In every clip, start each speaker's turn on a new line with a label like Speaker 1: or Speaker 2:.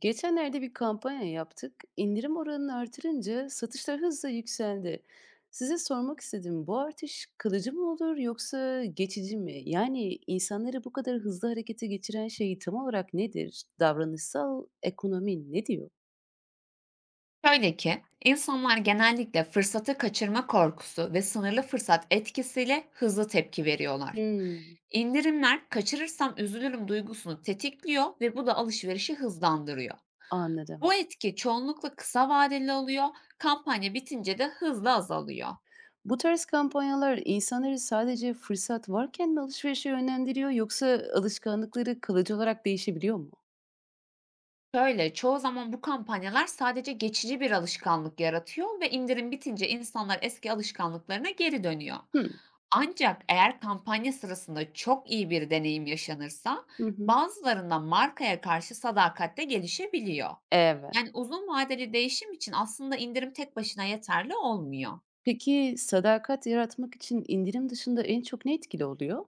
Speaker 1: Geçenlerde bir kampanya yaptık. İndirim oranını artırınca satışlar hızla yükseldi. Size sormak istedim. Bu artış kalıcı mı olur yoksa geçici mi? Yani insanları bu kadar hızlı harekete geçiren şey tam olarak nedir? Davranışsal ekonomi ne diyor?
Speaker 2: Şöyle ki, insanlar genellikle fırsatı kaçırma korkusu ve sınırlı fırsat etkisiyle hızlı tepki veriyorlar.
Speaker 1: Hmm,
Speaker 2: İndirimler kaçırırsam üzülürüm duygusunu tetikliyor ve bu da alışverişi hızlandırıyor. Bu
Speaker 1: anladım.
Speaker 2: etki çoğunlukla kısa vadeli oluyor, kampanya bitince de hızla azalıyor.
Speaker 1: Bu tarz kampanyalar insanları sadece fırsat varken mi alışverişe yönlendiriyor yoksa alışkanlıkları kalıcı olarak değişebiliyor mu?
Speaker 2: Şöyle, çoğu zaman bu kampanyalar sadece geçici bir alışkanlık yaratıyor ve indirim bitince insanlar eski alışkanlıklarına geri dönüyor.
Speaker 1: Hmm,
Speaker 2: Ancak eğer kampanya sırasında çok iyi bir deneyim yaşanırsa,
Speaker 1: Hı hı.
Speaker 2: bazılarında markaya karşı sadakat de gelişebiliyor.
Speaker 1: Evet.
Speaker 2: Yani uzun vadeli değişim için aslında indirim tek başına yeterli olmuyor.
Speaker 1: Peki, sadakat yaratmak için indirim dışında en çok ne etkili oluyor?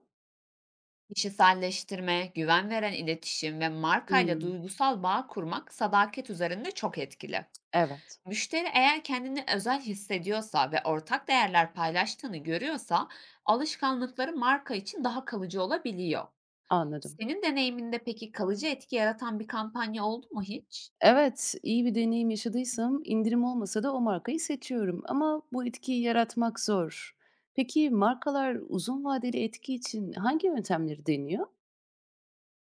Speaker 2: Kişiselleştirme, güven veren iletişim ve markayla
Speaker 1: Hımm.
Speaker 2: duygusal bağ kurmak sadakat üzerinde çok etkili.
Speaker 1: Evet,
Speaker 2: Müşteri eğer kendini özel hissediyorsa ve ortak değerler paylaştığını görüyorsa alışkanlıkları marka için daha kalıcı olabiliyor.
Speaker 1: anladım.
Speaker 2: Senin deneyiminde peki kalıcı etki yaratan bir kampanya oldu mu hiç?
Speaker 1: Evet, iyi bir deneyim yaşadıysam indirim olmasa da o markayı seçiyorum ama bu etkiyi yaratmak zor. Peki, markalar uzun vadeli etki için hangi yöntemleri deniyor?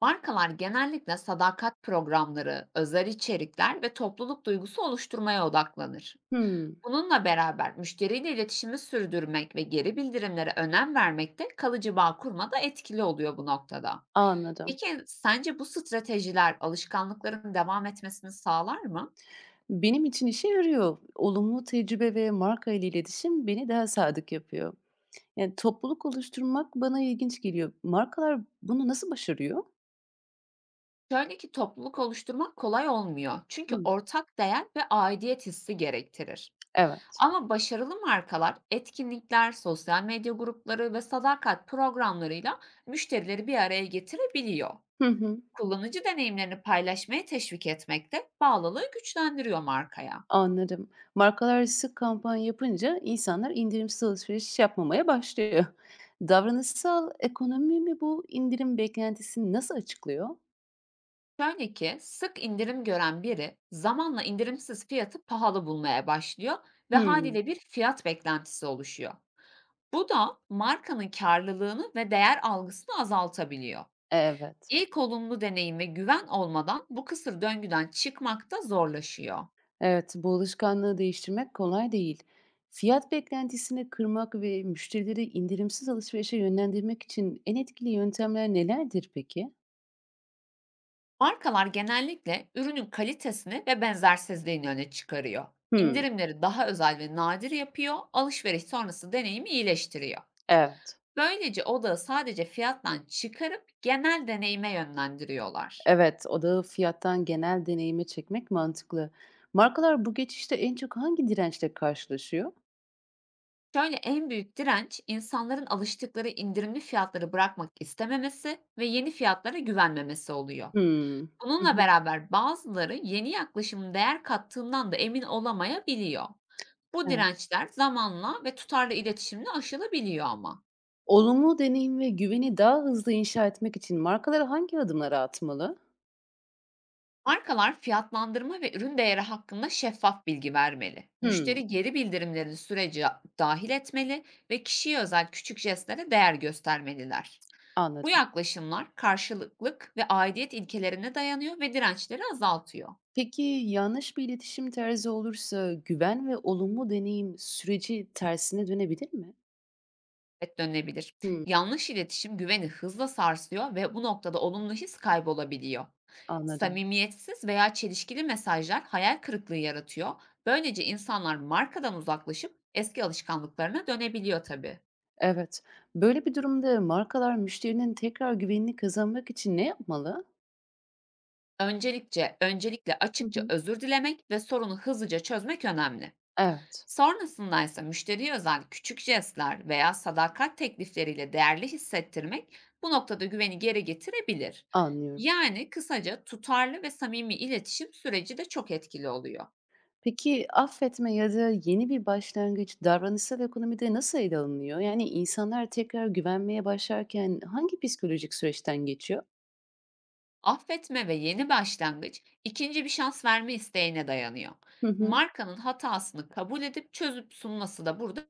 Speaker 2: Markalar genellikle sadakat programları, özel içerikler ve topluluk duygusu oluşturmaya odaklanır.
Speaker 1: Hımm,
Speaker 2: Bununla beraber müşteriyle iletişimi sürdürmek ve geri bildirimlere önem vermek de kalıcı bağ kurmada etkili oluyor bu noktada.
Speaker 1: anladım.
Speaker 2: Peki sence bu stratejiler alışkanlıkların devam etmesini sağlar mı?
Speaker 1: Benim için işe yarıyor. Olumlu tecrübe ve marka markayla iletişim beni daha sadık yapıyor. Yani, topluluk oluşturmak bana ilginç geliyor. Markalar bunu nasıl başarıyor?
Speaker 2: Şöyle ki topluluk oluşturmak kolay olmuyor. Çünkü
Speaker 1: Hımm,
Speaker 2: ortak değer ve aidiyet hissi gerektirir.
Speaker 1: evet.
Speaker 2: Ama başarılı markalar etkinlikler, sosyal medya grupları ve sadakat programlarıyla müşterileri bir araya getirebiliyor.
Speaker 1: Hı hı,
Speaker 2: Kullanıcı deneyimlerini paylaşmaya teşvik etmek de bağlılığı güçlendiriyor markaya.
Speaker 1: anladım. Markalar arası kampanya yapınca insanlar indirimsiz alışveriş yapmamaya başlıyor. Davranışsal ekonomi mi bu indirim beklentisini nasıl açıklıyor?
Speaker 2: Şöyle ki sık indirim gören biri zamanla indirimsiz fiyatı pahalı bulmaya başlıyor ve
Speaker 1: Hmm,
Speaker 2: haliyle bir fiyat beklentisi oluşuyor. Bu da markanın karlılığını ve değer algısını azaltabiliyor.
Speaker 1: evet.
Speaker 2: İlk olumlu deneyim ve güven olmadan bu kısır döngüden çıkmak da zorlaşıyor.
Speaker 1: Evet, bu alışkanlığı değiştirmek kolay değil. Fiyat beklentisini kırmak ve müşterileri indirimsiz alışverişe yönlendirmek için en etkili yöntemler nelerdir peki?
Speaker 2: Markalar genellikle ürünün kalitesini ve benzersizliğini öne çıkarıyor.
Speaker 1: Hmm,
Speaker 2: İndirimleri daha özel ve nadir yapıyor, alışveriş sonrası deneyimi iyileştiriyor.
Speaker 1: evet.
Speaker 2: Böylece odağı sadece fiyattan çıkarıp genel deneyime yönlendiriyorlar.
Speaker 1: Evet, odağı fiyattan genel deneyime çekmek mantıklı. Markalar bu geçişte en çok hangi dirençle karşılaşıyor?
Speaker 2: Şöyle en büyük direnç insanların alıştıkları indirimli fiyatları bırakmak istememesi ve yeni fiyatlara güvenmemesi oluyor.
Speaker 1: Hımm. Hı
Speaker 2: Bununla
Speaker 1: hı.
Speaker 2: beraber bazıları yeni yaklaşımın değer kattığından da emin olamayabiliyor. Bu
Speaker 1: Evet.
Speaker 2: dirençler zamanla ve tutarlı iletişimle aşılabiliyor ama.
Speaker 1: Olumlu deneyim ve güveni daha hızlı inşa etmek için markalar hangi adımları atmalı?
Speaker 2: Markalar fiyatlandırma ve ürün değeri hakkında şeffaf bilgi vermeli.
Speaker 1: Hımm,
Speaker 2: Müşteri geri bildirimlerini sürece dahil etmeli ve kişiye özel küçük jestlere değer göstermeliler. Bu
Speaker 1: anladım.
Speaker 2: yaklaşımlar karşılıklık ve aidiyet ilkelerine dayanıyor ve dirençleri azaltıyor.
Speaker 1: Peki yanlış bir iletişim tarzı olursa güven ve olumlu deneyim süreci tersine dönebilir mi?
Speaker 2: Evet, dönebilir.
Speaker 1: Hımm,
Speaker 2: Yanlış iletişim güveni hızla sarsıyor ve bu noktada olumlu his kaybolabiliyor.
Speaker 1: anladım.
Speaker 2: Samimiyetsiz veya çelişkili mesajlar hayal kırıklığı yaratıyor. Böylece insanlar markadan uzaklaşıp eski alışkanlıklarına dönebiliyor tabii.
Speaker 1: Evet. Böyle bir durumda markalar müşterinin tekrar güvenini kazanmak için ne yapmalı?
Speaker 2: Öncelikle,
Speaker 1: Hı
Speaker 2: açıkça
Speaker 1: hı.
Speaker 2: özür dilemek ve sorunu hızlıca çözmek önemli.
Speaker 1: Evet.
Speaker 2: Sonrasında ise müşteriye özel küçük jestler veya sadakat teklifleriyle değerli hissettirmek bu noktada güveni geri getirebilir.
Speaker 1: Anlıyorum.
Speaker 2: Yani kısaca tutarlı ve samimi iletişim süreci de çok etkili oluyor.
Speaker 1: Peki affetme ya da yeni bir başlangıç davranışsal ekonomide nasıl ele alınıyor? Yani insanlar tekrar güvenmeye başlarken hangi psikolojik süreçten geçiyor?
Speaker 2: Affetme ve yeni başlangıç ikinci bir şans verme isteğine dayanıyor.
Speaker 1: Hı hı.
Speaker 2: Markanın hatasını kabul edip çözüp sunması da burada.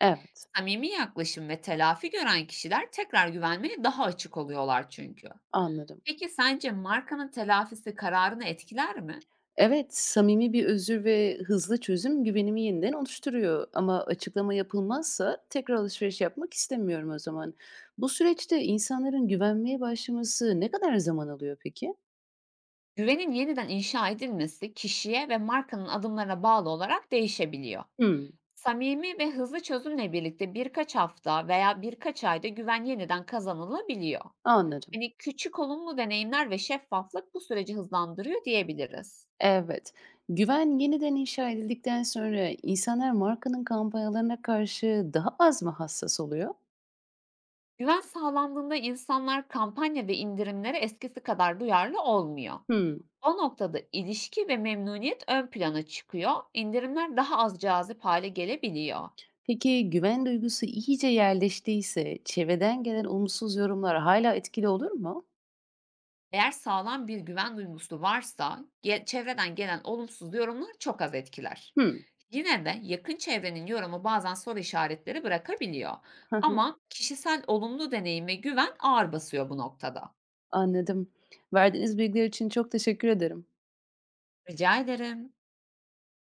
Speaker 1: Evet,
Speaker 2: Samimi yaklaşım ve telafi gören kişiler tekrar güvenmeye daha açık oluyorlar çünkü.
Speaker 1: anladım.
Speaker 2: Peki sence markanın telafisi kararını etkiler mi?
Speaker 1: Evet, samimi bir özür ve hızlı çözüm güvenimi yeniden oluşturuyor. Ama açıklama yapılmazsa tekrar alışveriş yapmak istemiyorum o zaman. Bu süreçte insanların güvenmeye başlaması ne kadar zaman alıyor peki?
Speaker 2: Güvenin yeniden inşa edilmesi kişiye ve markanın adımlarına bağlı olarak değişebiliyor.
Speaker 1: Hı,
Speaker 2: Samimi ve hızlı çözümle birlikte birkaç hafta veya birkaç ayda güven yeniden kazanılabiliyor.
Speaker 1: anladım.
Speaker 2: Hani küçük olumlu deneyimler ve şeffaflık bu süreci hızlandırıyor diyebiliriz.
Speaker 1: Evet. Güven yeniden inşa edildikten sonra insanlar markanın kampanyalarına karşı daha az mı hassas oluyor?
Speaker 2: Güven sağlandığında insanlar kampanya ve indirimlere eskisi kadar duyarlı olmuyor.
Speaker 1: Hmm.
Speaker 2: O noktada ilişki ve memnuniyet ön plana çıkıyor, indirimler daha az cazip hale gelebiliyor.
Speaker 1: Peki güven duygusu iyice yerleştiyse çevreden gelen olumsuz yorumlar hala etkili olur mu?
Speaker 2: Eğer sağlam bir güven duygusu varsa, çevreden gelen olumsuz yorumlar çok az etkiler.
Speaker 1: Hmm.
Speaker 2: Yine de yakın çevrenin yorumu bazen soru işaretleri bırakabiliyor. Ama kişisel olumlu deneyim ve güven ağır basıyor bu noktada.
Speaker 1: Anladım. Verdiğiniz bilgiler için çok teşekkür ederim.
Speaker 2: Rica ederim.